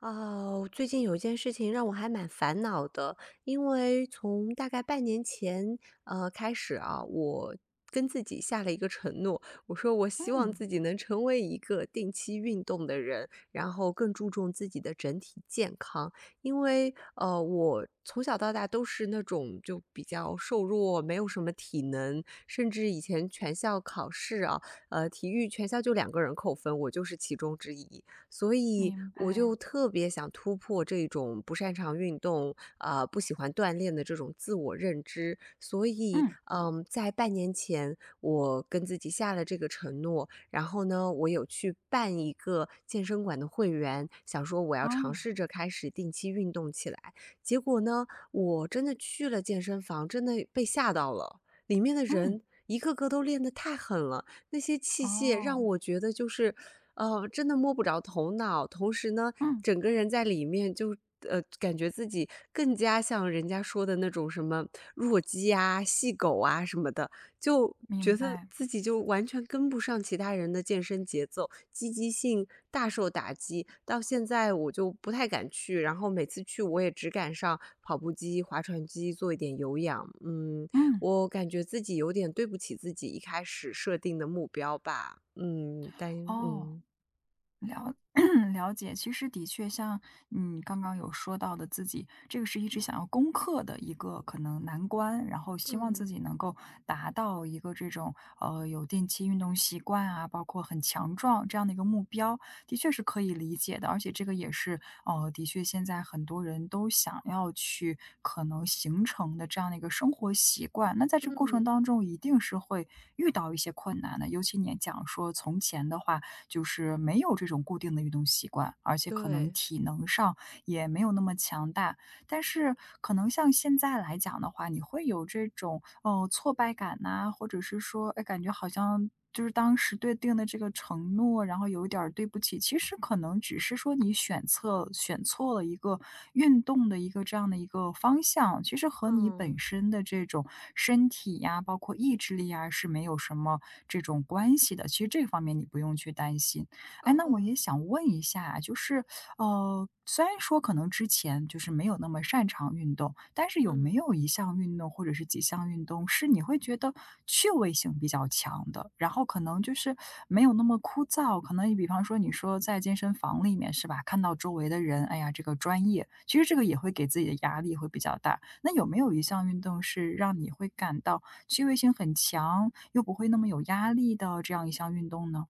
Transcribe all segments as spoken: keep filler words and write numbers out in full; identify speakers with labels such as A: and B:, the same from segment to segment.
A: 哦，最近有一件事情让我还蛮烦恼的，因为从大概半年前，呃，开始啊，我跟自己下了一个承诺，我说我希望
B: 嗯，
A: 自己能成为一个定期运动的人，然后更注重自己的整体健康。因为呃，我从小到大都是那种就比较瘦弱，没有什么体能，甚至以前全校考试啊，呃，体育全校就两个人扣分，我就是其中之一。所以
B: 明
A: 我
B: 白。
A: 就特别想突破这种不擅长运动，呃，不喜欢锻炼的这种自我认知。所以，
B: 嗯，
A: 嗯，在半年前，我跟自己下了这个承诺，然后呢，我有去办一个健身馆的会员，想说我要尝
B: 哦，
A: 试着开始定期运动起来。结果呢，我真的去了健身房，真的被吓到了，里面的
B: 嗯，
A: 人一个个都练得太狠了。那些器械让
B: 哦，
A: 我觉得就是，呃，真的摸不着头脑，同时呢，
B: 嗯，
A: 整个人在里面就呃，感觉自己更加像人家说的那种什么弱鸡啊、细狗啊什么的，就觉
B: 明
A: 得
B: 白。
A: 自己就完全跟不上其他人的健身节奏，积极性大受打击。到现在我就不太敢去，然后每次去我也只敢上跑步机、划船机做一点有氧。嗯，
B: 嗯，
A: 我感觉自己有点对不起自己一开始设定的目标吧，嗯，但
B: 哦。
A: 嗯。
B: 了 了解，其实的确像你刚刚有说到的，自己这个是一直想要攻克的一个可能难关，然后希望自
A: 嗯
B: 己能够达到一个这种呃有定期运动习惯啊，包括很强壮这样的一个目标，的确是可以理解的，而且这个也是呃的确现在很多人都想要去可能形成的这样的一个生活习惯。那在这个过程
A: 嗯，
B: 当中，一定是会遇到一些困难的，尤其你也讲说从前的话。就是没有这种固定的运动习惯，而且可能
A: 对，
B: 体能上也没有那么强大，但是可能像现在来讲的话，你会有这种，呃，挫败感呐，或者是说，哎，感觉好像就是当时对定的这个承诺，然后有一点儿对不起。其实可能只是说你选测选错了一个运动的一个这样的一个方向，其实和你本
A: 嗯，
B: 身的这种身体呀，包括意志力呀，是没有什么这种关系的。其实这方面你不用去担心。哎，那我
A: 哦，
B: 也想问一下，就是，呃，虽然说可能之前就是没有那么擅长运动，但是有没
A: 嗯。
B: 有一项运动或者是几项运动是你会觉得趣味性比较强的，然后可能就是没有那么枯燥？可能你比方说你说在健身房里面是吧，看到周围的人，哎呀，这个专业，其实这个也会给自己的压力会比较大。那有没有一项运动是让你会感到趣味性很强，又不会那么有压力的这样一项运动呢？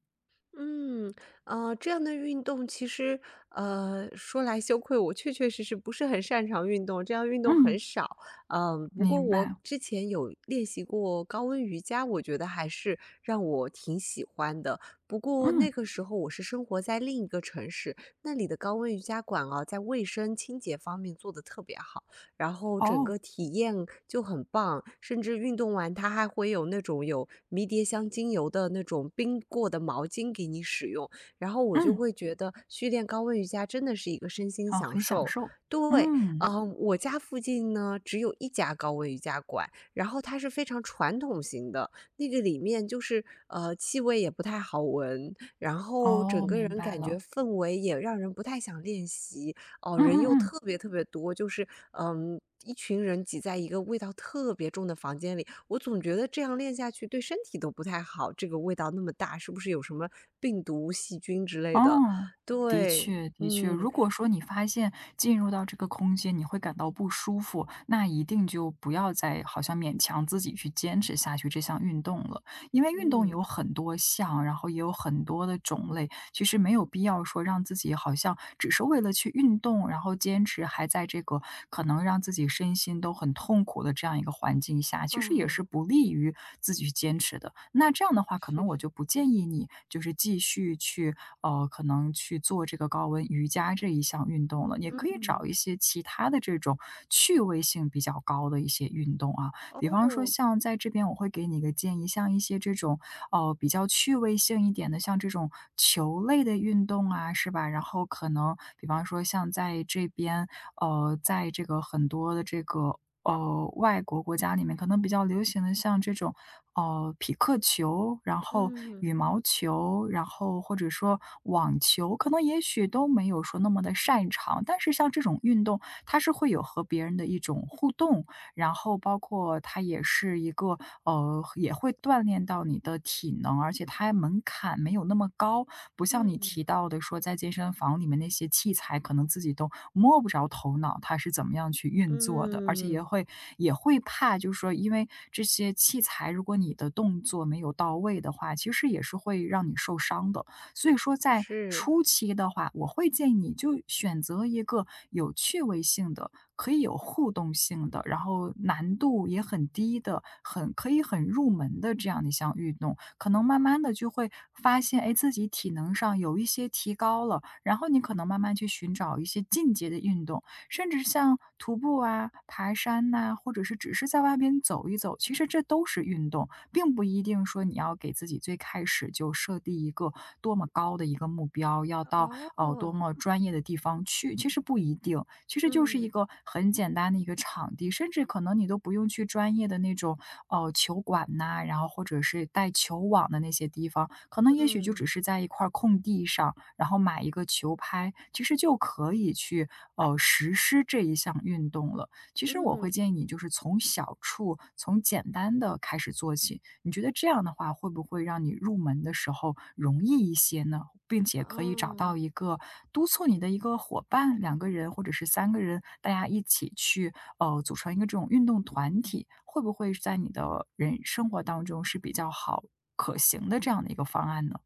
A: 嗯，呃，这样的运动其实，呃，说来羞愧，我确确实实不是很擅长运动，这样运动很
B: 嗯，
A: 少。嗯，不过
B: 明
A: 我
B: 白。
A: 之前有练习过高温瑜伽，我觉得还是让我挺喜欢的。不过那
B: 嗯，
A: 个时候我是生活在另一个城市，那里的高温瑜伽馆啊，在卫生清洁方面做得特别好。然后整个
B: 哦，
A: 体验就很棒，甚至运动完它还会有那种有迷迭香精油的那种冰过的毛巾给你使用，然后我就
B: 嗯，
A: 会觉得去练高温瑜伽真的是一个身心
B: 哦，
A: 享
B: 很享
A: 受。
B: 受。
A: 对，
B: 嗯，
A: 嗯，我家附近呢只有一家高温瑜伽馆，然后它是非常传统型的，那个里面就是呃气味也不太好闻，然后
B: 哦，
A: 整个
B: 明
A: 人
B: 白
A: 感觉
B: 了。
A: 氛围也让人不太想练习，哦，
B: 嗯
A: 人
B: 嗯
A: 又
B: 嗯，
A: 特别特别多，就是嗯，一群人挤在一个味道特别重的房间里，我总觉得这样练下去对身体都不太好，这个味道那么大，是不是有什么病毒、细菌之类的？
B: 哦，的
A: 对，
B: 确的确，
A: 嗯
B: 如果说你发现进入到这个空间你会感到不舒服，那一定就不要再好像勉强自己去坚持下去这项运动了。因为运动有
A: 嗯，
B: 很多项，然后也有很多的种类，其实没有必要说让自己好像只是为了去运动，然后坚持还在这个可能让自己身心都很痛苦的这样一个环境下，其实也
A: 哦，
B: 是不利于自己去坚持的。那这样的话，可
A: 是
B: 能我就不建议你就是继续去呃，可能去做这个高温瑜伽这一项运动了，也可以找
A: 嗯，
B: 一些其他的这种趣味性比较高的一些运动啊。比方说
A: 哦，
B: 像在这边我会给你一个建议，像一些这种呃，比较趣味性一点的，像这种球类的运动啊，是吧？然后可能比方说像在这边，呃，在这个很多的这个呃外国国家里面，可能比较流行的像这种呃匹克球，然后
A: 嗯
B: 羽毛球，然后或者说网球，可能也许都没有说那么的擅长，但是像这种运动，它是会有和别人的一种互动，然后包括它也是一个呃，也会锻炼到你的体能，而且它门槛没有那么高，不像你
A: 嗯
B: 提到的说在健身房里面那些器材，可能自己都摸不着头脑，它是怎么样去运作的，而且也
A: 嗯，
B: 会也会怕，就是说因为这些器材，如果你的动作没有到位的话，其实也是会让你受伤的。所以说在
A: 是，
B: 初期的话，我会建议你就选择一个有趣味性的可以有互动性的，然后难度也很低的，很可以很入门的这样的一项运动。可能慢慢的就会发现，哎，自己体能上有一些提高了，然后你可能慢慢去寻找一些进阶的运动，甚至像徒步啊、爬山呐，或者是只是在外边走一走，其实这都是运动，并不一定说你要给自己最开始就设定一个多么高的一个目标，要到哦，呃多
A: 哦，
B: 么专业的地方去，其实不一定，其实就是一
A: 嗯
B: 个很简单的一个场地，甚至可能你都不用去专业的那种，哦球馆呐，然后或者是带球网的那些地方，可能也许就只
A: 嗯
B: 是在一块儿空地上，然后买一个球拍，其实就可以去，呃，实施这一项运动了。其实我会
A: 嗯，
B: 建议你就是从小处，从简单的开始做起，你觉得这样的话，会不会让你入门的时候容易一些呢？并且可以找
A: 哦。
B: 到一个督促你的一个伙伴两个人或者是三个人，大家一起去，呃，组成一个这种运动团体，会不会是在你的人生活当中是比较好可行的这样的一个方案呢？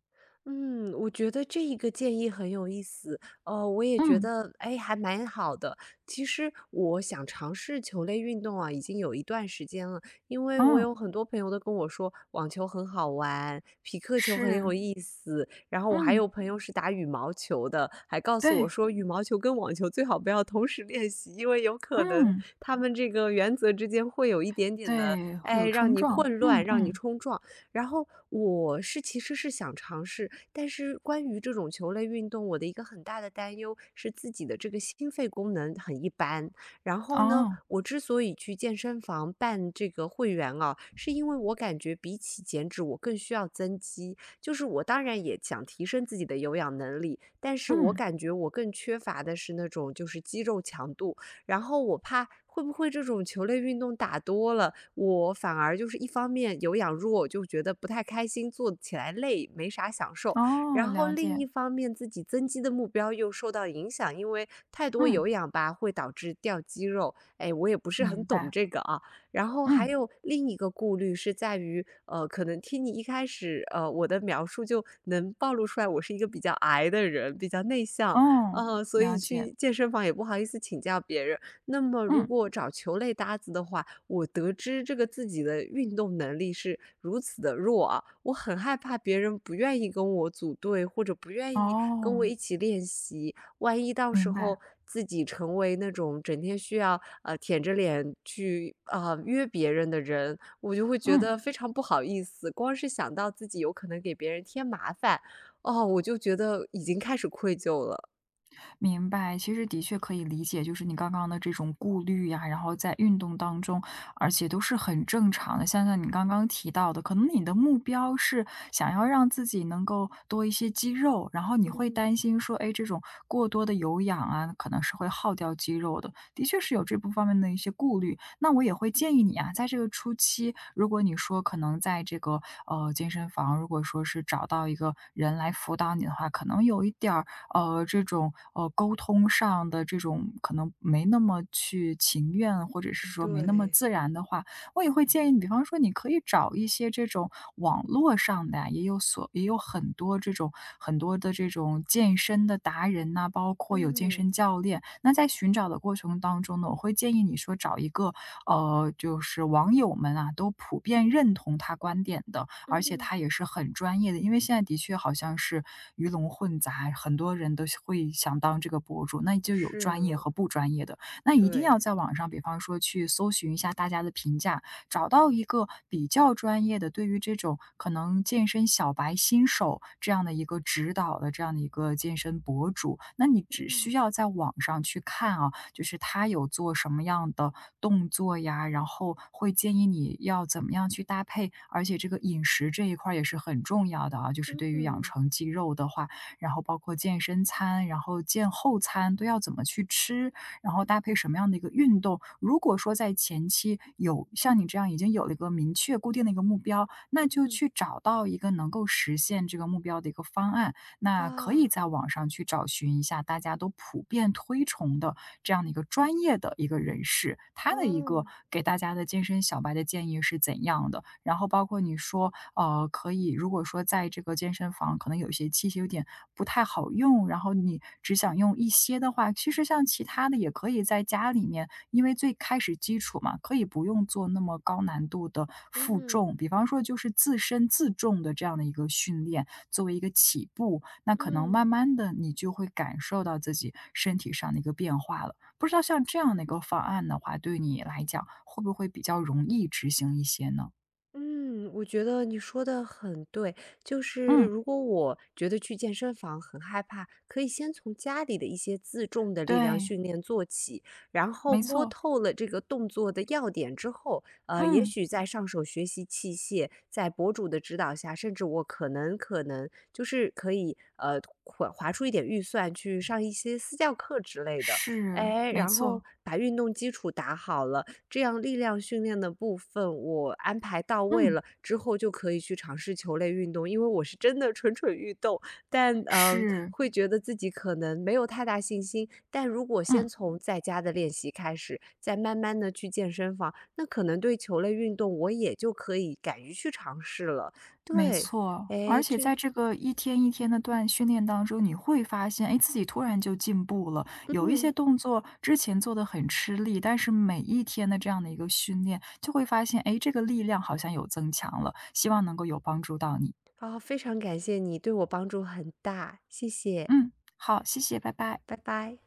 A: 嗯，我觉得这一个建议很有意思，呃，我也觉
B: 嗯，
A: 得，哎，还蛮好的。其实我想尝试球类运动啊，已经有一段时间了，因为我
B: 嗯，
A: 有很多朋友都跟我说网球很好玩，匹克球很有
B: 是，
A: 意思，然后我还
B: 嗯，
A: 有朋友是打羽毛球的，还告诉我
B: 对，
A: 说羽毛球跟网球最好不要同时练习，因为有可能
B: 嗯，
A: 他们这个原则之间会有一点点的，
B: 对，会
A: 哎，
B: 有
A: 让
B: 冲
A: 你
B: 撞，
A: 混
B: 嗯
A: 乱，让你
B: 嗯，
A: 冲撞。然后我是其实是想尝试，但是关于这种球类运动，我的一个很大的担忧是自己的这个心肺功能很一般。然后呢，
B: 哦，
A: 我之所以去健身房办这个会员啊，是因为我感觉比起减脂，我更需要增肌。就是我当然也想提升自己的有氧能力，但是我
B: 嗯，
A: 感觉我更缺乏的是那种就是肌肉强度。然后我怕会不会这种球类运动打多了，我反而就是一方面有氧弱，就觉得不太开心，做起来累，没啥享受。然
B: 哦，
A: 后
B: 了
A: 另
B: 解，
A: 一方面，自己增肌的目标又受到影响，因为太多
B: 嗯，
A: 有氧吧会导致掉肌肉。哎，我也不是很
B: 明
A: 懂
B: 白，
A: 这个啊。然后还
B: 嗯，
A: 有另一个顾虑是在于，呃，可能听你一开始呃我的描述就能暴露出来，我是一个比较矮的人，比较内向。
B: 哦，
A: 呃，所以
B: 了
A: 去
B: 解，
A: 健身房也不好意思请教别人。那么如
B: 嗯，
A: 果找球类搭子的话，我得知这个自己的运动能力是如此的弱啊，我很害怕别人不愿意跟我组队，或者不愿意跟我
B: 哦，
A: 一起练习。万一到时
B: 明白，
A: 候自己成为那种整天需要呃舔着脸去啊、约别人的人，我就会觉
B: 嗯。
A: 得非常不好意思。光是想到自己有可能给别人添麻烦，哦，我就觉得已经开始愧疚了。
B: 明白，其实的确可以理解，就是你刚刚的这种顾虑呀，然后在运动当中，而且都是很正常的。像像你刚刚提到的，可能你的目标是想要让自己能够多一些肌肉，然后你会
A: 嗯，
B: 担心说，哎，这种过多的有氧啊，可能是会耗掉肌肉的。的确是有这部分的一些顾虑。那我也会建议你啊，在这个初期，如果你说可能在这个呃健身房，如果说是找到一个人来辅导你的话，可能有一点儿。呃，这种呃沟通上的这种可能没那么去情愿，或者是说没那么
A: 对，
B: 自然的话，我也会建议你，比方说你可以找一些这种网络上的呀，也有所也有很多这种很多的这种健身的达人呐、包括有健
A: 嗯，
B: 身教练。那在寻找的过程当中呢，我会建议你说找一个呃，就是网友们啊都普遍认同他观点的。而且
A: 嗯，
B: 他也是很专业的。因为现在的确好像是鱼龙混杂，很多人都会想当这个博主，那就有
A: 是
B: 专业
A: 呢，
B: 和不专业的。那一定
A: 对，
B: 要在网上，比方说去搜寻一下大家的评价，找到一个比较专业的，对于这种可能健身小白、新手这样的一个指导的这样的一个健身博主，那你只需
A: 嗯，
B: 要在网上去看啊，就是他有做什么样的动作呀，然后会建议你要怎么样去搭配，而且这个饮食这一块儿也是很重要的啊，就是对于养
A: 嗯，
B: 成肌肉的话，然后包括健身餐，然后健后餐都要怎么去吃，然后搭配什么样的一个运动。如果说在前期有像你这样已经有了一个明确固定的一个目标，那就
A: 嗯，
B: 去找到一个能够实现这个目标的一个方案。那可以
A: 啊，
B: 在网上去找寻一下大家都普遍推崇的这样的一个专业的一个人士，他的一个
A: 哦，
B: 给大家的健身小白的建议是怎样的？然后包括你说，呃，可以如果说在这个健身房可能有一些器械有点不太好用，然后你只想用一些的话，其实像其他的也可以在家里面，因为最开始基础嘛，可以不用做那么高难度的负
A: 嗯，
B: 重，比方说就是自身自重的这样的一个训练，作为一个起步，那可能慢
A: 嗯。
B: 慢的你就会感受到自己身体上的一个变化了。不知道像这样的一个方案的话，对你来讲会不会比较容易执行一些呢？
A: 嗯，我觉得你说的很对，就是
B: 嗯，
A: 如果我觉得去健身房很害怕，可以先从家里的一些自重的力量
B: 对，
A: 训练做起，然后
B: 没
A: 摸
B: 错，
A: 透了这个动作的要点之后，呃，也
B: 嗯，
A: 许再上手学习器械，在博主的指导下，甚至我可能可能就是可以呃划划出一点预算去上一些私教课之类的，
B: 是，
A: 哎，
B: 没
A: 然后
B: 错，
A: 把运动基础打好了。这样力量训练的部分我安排到位
B: 嗯，
A: 了之后，就可以去尝试球类运动。因为我是真的蠢蠢欲动，但嗯，
B: 是，
A: 会觉得自己可能没有太大信心。但如果先
B: 嗯，
A: 从在家的练习开始，再慢慢的去健身房，那可能对球类运动我也就可以敢于去尝试了。
B: 没
A: 对，
B: 错。而
A: 哎，
B: 且
A: 这
B: 在这个一天一天的锻训练当中，你会发现，哎，自己突然就进步了。有一些
A: 嗯，
B: 动作之前做的很吃力，但是每一天的这样的一个训练，就会发现，哎，这个力量好像有增强了。希望能够有帮助到你。
A: 啊，非常感谢你，对我帮助很大，谢谢，
B: 嗯，好，谢谢，拜拜。
A: 拜拜。